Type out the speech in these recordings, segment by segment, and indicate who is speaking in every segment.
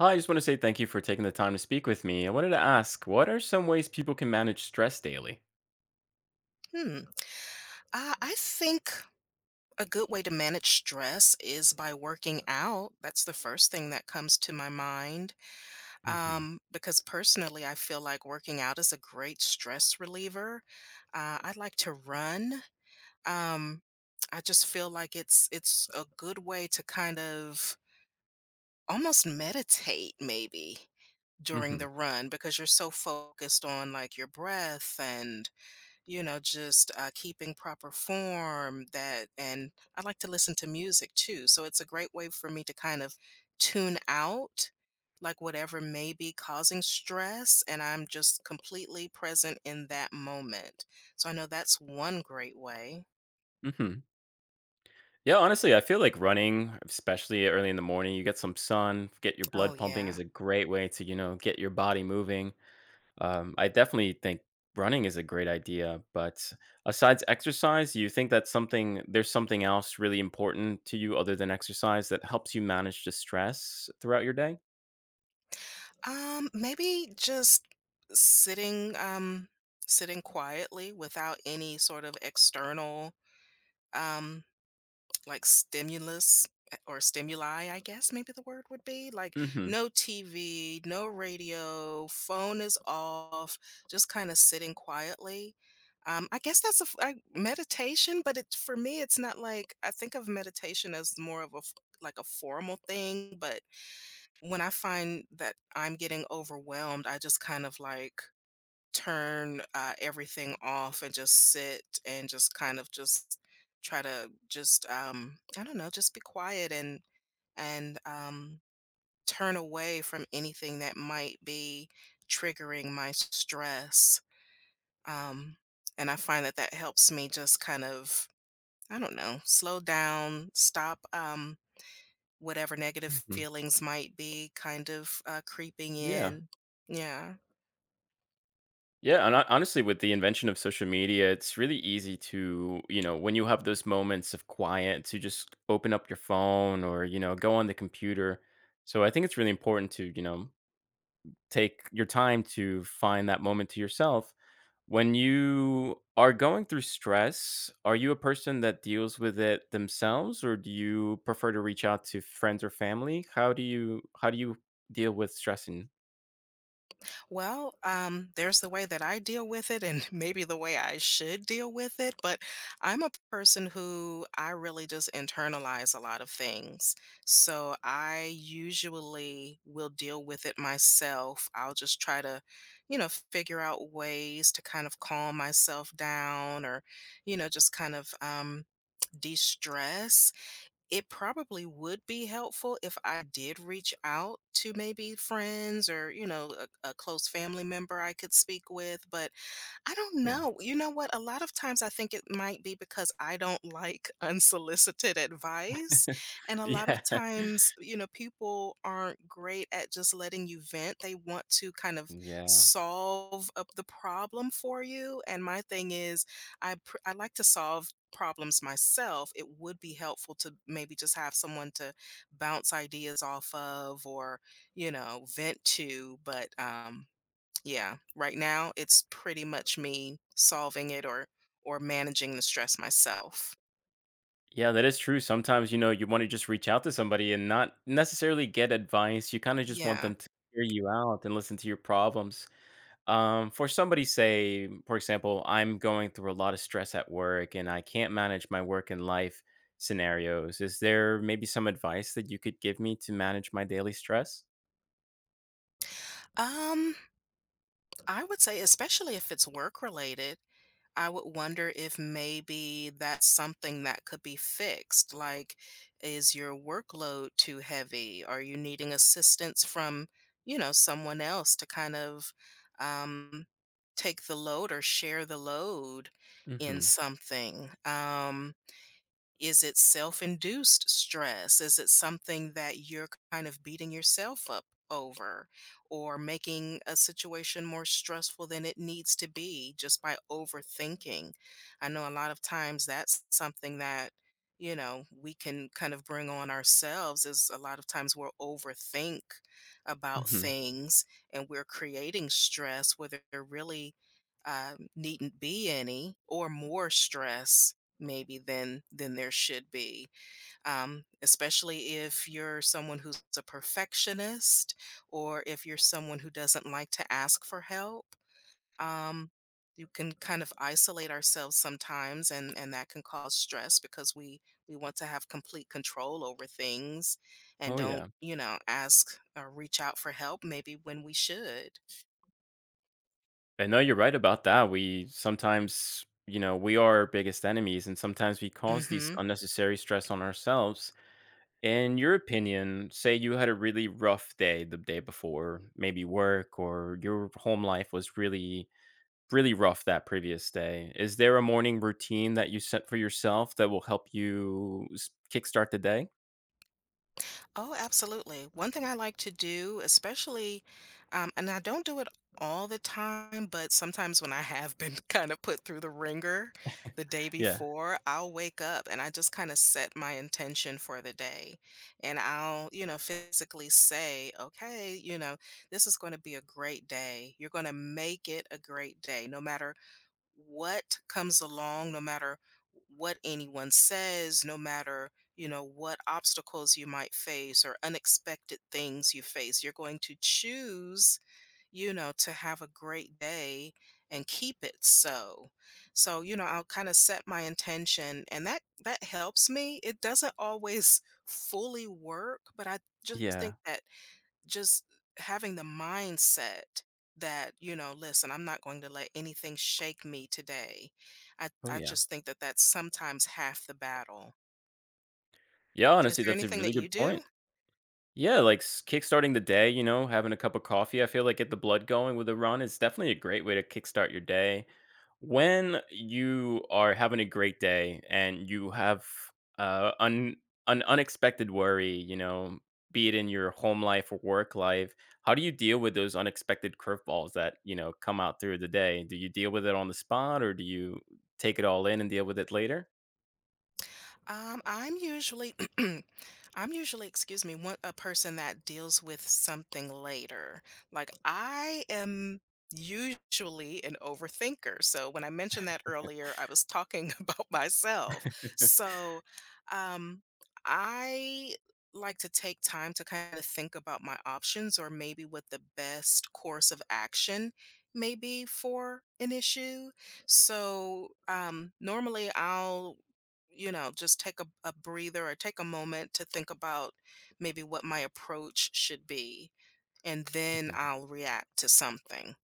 Speaker 1: Hi, I just want to say thank you for taking the time to speak with me. I wanted to ask, what are some ways people can manage stress daily?
Speaker 2: Hmm. I think a good way to manage stress is by working out. That's the first thing that comes to my mind.
Speaker 1: Hmm.
Speaker 2: Because personally, I feel like working out is a great stress reliever. I like to run. Um, I just feel like it's a good way to kind of almost meditate, maybe, during
Speaker 1: Hmm.
Speaker 2: the run because you're so focused on like your breath and. Keeping proper form, that, and I like to listen to music too, so it's a great way for me to kind of tune out, like, whatever may be causing stress, and I'm just completely present in that moment. So I know that's one great way.
Speaker 1: Hmm. Yeah, honestly, I feel like running, especially early in the morning, you get some sun, get your
Speaker 2: Oh,
Speaker 1: blood pumping is
Speaker 2: yeah.
Speaker 1: a great way to get your body moving. I definitely think running is a great idea. But besides exercise, you think that there's something else really important to you other than exercise that helps you manage the stress throughout your day?
Speaker 2: Maybe just sitting, sitting quietly without any sort of external, um like stimulus or stimuli, I guess maybe the word would be like
Speaker 1: Hmm.
Speaker 2: no TV, no radio, phone is off, just kind of sitting quietly. I guess that's meditation, but it, for me, it's not like— I think of meditation as more of like a formal thing. But when I find that I'm getting overwhelmed, I just kind of like turn everything off and just sit and just kind of just try to just I don't know, just be quiet and and turn away from anything that might be triggering my stress, um and I find that that helps me just kind of, I don't know, slow down, stop, whatever negative
Speaker 1: Hmm.
Speaker 2: feelings might be kind of creeping
Speaker 1: Yeah.
Speaker 2: in. Yeah.
Speaker 1: Yeah, and honestly, with the invention of social media, it's really easy to when you have those moments of quiet, to just open up your phone or go on the computer. So I think it's really important to take your time to find that moment to yourself. When you are going through stress, are you a person that deals with it themselves or do you prefer to reach out to friends or family? How do you deal with stress and
Speaker 2: Well, there's the way that I deal with it and maybe the way I should deal with it, but I'm a person who— I really just internalize a lot of things. So I usually will deal with it myself. I'll just try to, you know, figure out ways to kind of calm myself down, or, you know, just kind of de-stress. It probably would be helpful if I did reach out to maybe friends or, you know, a close family member I could speak with, but I don't
Speaker 1: yeah.
Speaker 2: know. You know what? A lot of times I think it might be because I don't like unsolicited advice. And a lot
Speaker 1: Yeah.
Speaker 2: of times, you know, people aren't great at just letting you vent. They want to kind of
Speaker 1: Yeah.
Speaker 2: solve up the problem for you. And my thing is, I like to solve problems myself. It would be helpful to maybe just have someone to bounce ideas off of, or, you know, vent to, but yeah, right now it's pretty much me solving it, or managing the stress myself.
Speaker 1: Yeah, that is true. Sometimes you want to just reach out to somebody and not necessarily get advice. You kind of just want
Speaker 2: Yeah.
Speaker 1: them to hear you out and listen to your problems. For somebody, say, for example, I'm going through a lot of stress at work and I can't manage my work and life scenarios. Is there maybe some advice that you could give me to manage my daily stress?
Speaker 2: Um, I would say, especially if it's work related, I would wonder if maybe that's something that could be fixed. Like, is your workload too heavy? Are you needing assistance from, you know, someone else to kind of um, take the load or share the load in
Speaker 1: Mm-hmm.
Speaker 2: something? Is it self-induced stress? Is it something that you're kind of beating yourself up over, or making a situation more stressful than it needs to be just by overthinking? I know a lot of times that's something that, you know, we can kind of bring on ourselves, is a lot of times we'll overthink about
Speaker 1: Mm-hmm.
Speaker 2: things, and we're creating stress where there really needn't be any, or more stress maybe than there should be. Especially if you're someone who's a perfectionist, or if you're someone who doesn't like to ask for help, um, you can kind of isolate ourselves sometimes, and that can cause stress because we want to have complete control over things and
Speaker 1: Oh
Speaker 2: don't,
Speaker 1: yeah.
Speaker 2: you know, ask or reach out for help maybe when we should.
Speaker 1: I know you're right about that. We sometimes we are our biggest enemies and sometimes we cause these
Speaker 2: Mhm.
Speaker 1: unnecessary stress on ourselves. In your opinion, say you had a really rough day the day before, maybe work or your home life was really, really rough that previous day. Is there a morning routine that you set for yourself that will help you kickstart the day?
Speaker 2: Oh, absolutely. One thing I like to do, especially, and I don't do it all the time, but sometimes when I have been kind of put through the ringer the day
Speaker 1: Yeah.
Speaker 2: before, I'll wake up and I just kind of set my intention for the day. And I'll, you know, physically say, okay, you know, this is going to be a great day. You're going to make it a great day, no matter what comes along, no matter what anyone says, no matter, you know, what obstacles you might face or unexpected things you face, you're going to choose, you know, to have a great day and keep it so. So, you know, I'll kind of set my intention, and that that helps me. It doesn't always fully work, but I just think
Speaker 1: Yeah.
Speaker 2: that just having the mindset that, you know, listen, I'm not going to let anything shake me today. i
Speaker 1: Oh,
Speaker 2: i
Speaker 1: yeah.
Speaker 2: just think that that's sometimes half the battle.
Speaker 1: Yeah.
Speaker 2: Is
Speaker 1: Honestly,
Speaker 2: there
Speaker 1: that's a
Speaker 2: anything
Speaker 1: really
Speaker 2: that you
Speaker 1: good point.
Speaker 2: do?
Speaker 1: Yeah. Like kickstarting the day having a cup of coffee, I feel like get the blood going with a run is definitely a great way to kickstart your day. When you are having a great day and you have uh, un- an unexpected worry be it in your home life or work life, how do you deal with those unexpected curveballs that come out through the day? Do you deal with it on the spot or do you take it all in and deal with it later?
Speaker 2: I'm usually, I'm usually, excuse me, one a person that deals with something later. Like I am usually an overthinker. So when I mentioned that earlier, I was talking about myself. So, um, I like to take time to kind of think about my options, or maybe what the best course of action may be for an issue. So, normally I'll, you know, just take a breather, or take a moment to think about maybe what my approach should be, and then I'll react to something.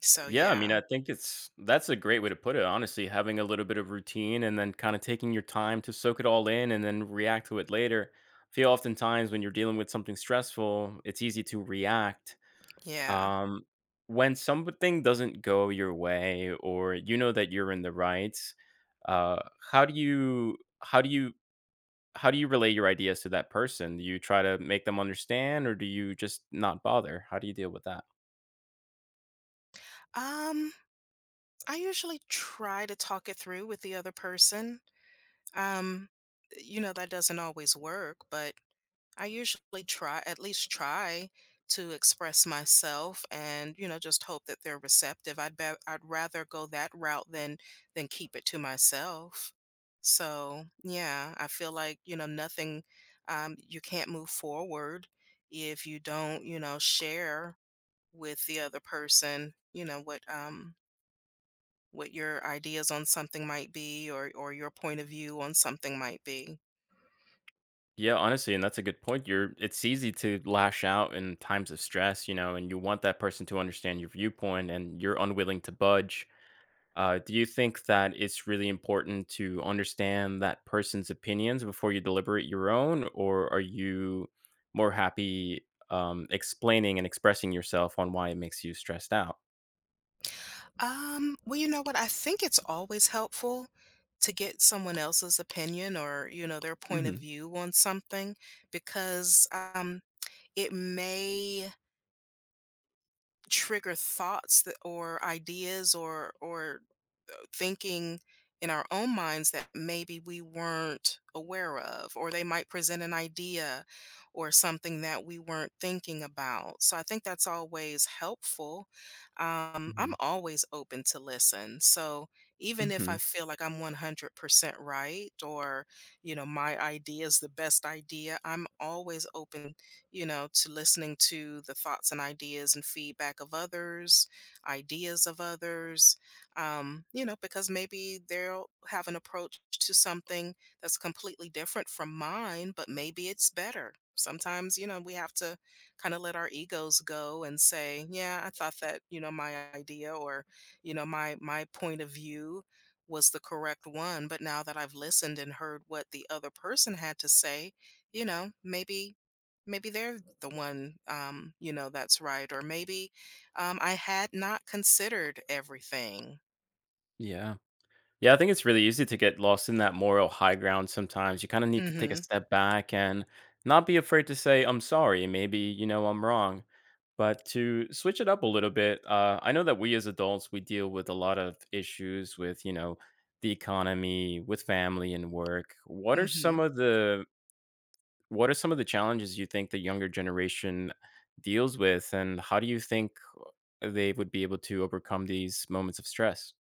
Speaker 2: So
Speaker 1: Yeah, I mean,
Speaker 2: yeah,
Speaker 1: I think it's that's a great way to put it, honestly, having a little bit of routine and then kind of taking your time to soak it all in and then react to it later. I feel oftentimes when you're dealing with something stressful, it's easy to react.
Speaker 2: yeah.
Speaker 1: Um, when something doesn't go your way or you know that you're in the right, uh, how do you how do you how do you relay your ideas to that person? Do you try to make them understand or do you just not bother? How do you deal with that?
Speaker 2: Um, I usually try to talk it through with the other person. Um, you know, that doesn't always work, but I usually try, at least try, to express myself and, you know, just hope that they're receptive. I'd bet I'd rather go that route than keep it to myself. So, yeah, I feel like, you know, nothing— you can't move forward if you don't, you know, share with the other person, you know, what your ideas on something might be, or your point of view on something might be.
Speaker 1: Yeah, honestly, and that's a good point. You're It's easy to lash out in times of stress and you want that person to understand your viewpoint and you're unwilling to budge. Do you think that it's really important to understand that person's opinions before you deliberate your own, or are you more happy explaining and expressing yourself on why it makes you stressed out?
Speaker 2: Well, you know what? I think it's always helpful to get someone else's opinion, or, you know, their point of
Speaker 1: Hmm.
Speaker 2: view on something, because it may trigger thoughts that, or ideas, or thinking in our own minds that maybe we weren't aware of, or they might present an idea or something that we weren't thinking about. So I think that's always helpful.
Speaker 1: Hmm.
Speaker 2: I'm always open to listen. So even if I
Speaker 1: Hmm.
Speaker 2: feel like I'm 100% right, or, you know, my idea is the best idea, I'm always open, you know, to listening to the thoughts and ideas and feedback of others, ideas of others, you know, because maybe they'll have an approach to something that's completely different from mine, but maybe it's better. Sometimes, you know, we have to kind of let our egos go and say, yeah, I thought that, you know, my idea, or, you know, my point of view was the correct one, but now that I've listened and heard what the other person had to say, you know, maybe maybe they're the one, you know, that's right, or maybe I had not considered everything.
Speaker 1: Yeah. Yeah, I think it's really easy to get lost in that moral high ground sometimes. You kind of need to take a
Speaker 2: Mhm,
Speaker 1: step back and not be afraid to say, I'm sorry, maybe I'm wrong. But to switch it up a little bit, I know that we as adults, we deal with a lot of issues with the economy, with family and work. What are some
Speaker 2: mhm.
Speaker 1: of the what are some of the challenges you think the younger generation deals with and how do you think they would be able to overcome these moments of stress?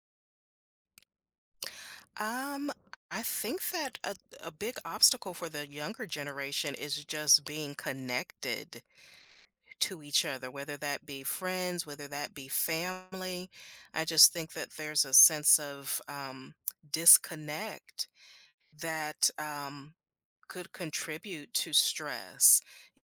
Speaker 2: Um, I think that a big obstacle for the younger generation is just being connected to each other, whether that be friends, whether that be family. I just think that there's a sense of, disconnect that, could contribute to stress.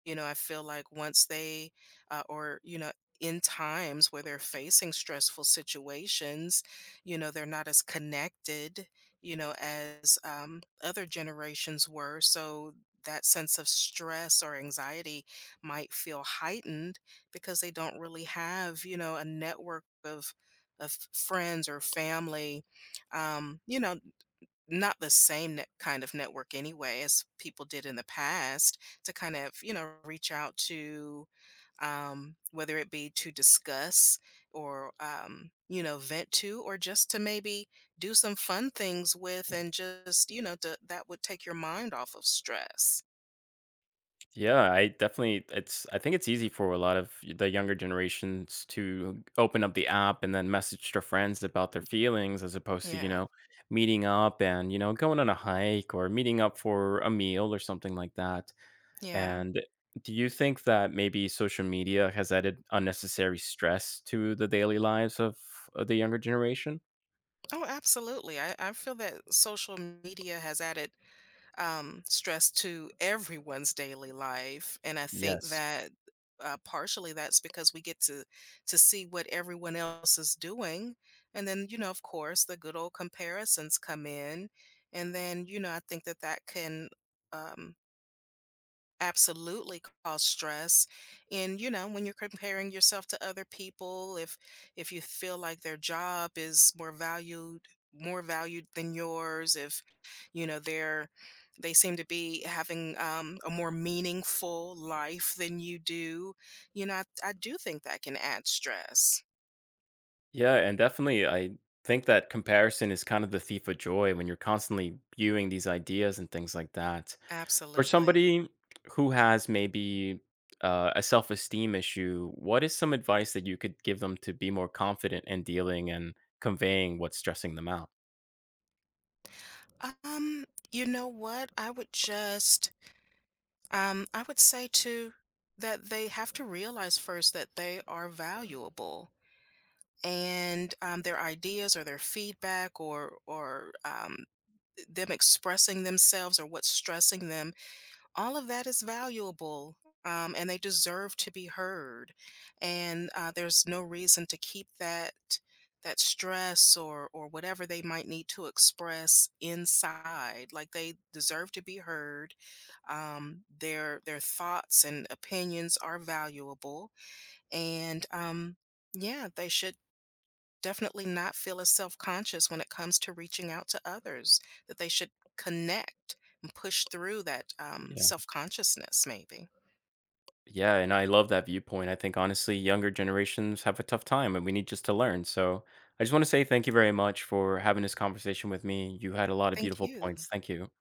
Speaker 2: You know, I feel like once they, or, you know, in times where they're facing stressful situations, you know, they're not as connected, you know, as other generations were. So that sense of stress or anxiety might feel heightened because they don't really have, you know, a network of friends or family, you know, not the same net kind of network anyway as people did in the past to kind of, you know, reach out to, whether it be to discuss, or you know, vent to, or just to maybe do some fun things with and just, you know, to, that would take your mind off of stress.
Speaker 1: Yeah, I definitely it's I think it's easy for a lot of the younger generations to open up the app and then message their friends about their feelings as opposed to
Speaker 2: Yeah,
Speaker 1: meeting up and going on a hike or meeting up for a meal or something like that.
Speaker 2: yeah.
Speaker 1: And do you think that maybe social media has added unnecessary stress to the daily lives of the younger generation?
Speaker 2: Oh absolutely, I feel that social media has added, stress to everyone's daily life. And I think
Speaker 1: Yes.
Speaker 2: that partially that's because we get to see what everyone else is doing, and then, you know, of course, the good old comparisons come in, and then, you know, I think that that can. Um, Absolutely cause stress. And you know, when you're comparing yourself to other people, if you feel like their job is more valued, more valued than yours, if you know they're— they seem to be having, a more meaningful life than you do, you know, I do think that can add stress.
Speaker 1: Yeah, and definitely, I think that comparison is kind of the thief of joy when you're constantly viewing these ideas and things like that. For
Speaker 2: Absolutely.
Speaker 1: somebody who has maybe a self esteem issue, what is some advice that you could give them to be more confident in dealing and conveying what's stressing them out?
Speaker 2: um you know what, I would just— I would say too that they have to realize first that they are valuable, and their ideas, or their feedback, or them expressing themselves or what's stressing them, all of that is valuable. And they deserve to be heard, and there's no reason to keep that, that stress, or whatever they might need to express, inside. Like they deserve to be heard. Their thoughts and opinions are valuable, and yeah, they should definitely not feel as self-conscious when it comes to reaching out to others, that they should connect and push through that,
Speaker 1: Yeah.
Speaker 2: self-consciousness, maybe.
Speaker 1: Yeah. And I love that viewpoint. I think honestly, younger generations have a tough time and we need just to learn. So I just want to say thank you very much for having this conversation with me. You had a lot of
Speaker 2: Thank
Speaker 1: beautiful
Speaker 2: you.
Speaker 1: points. Thank you.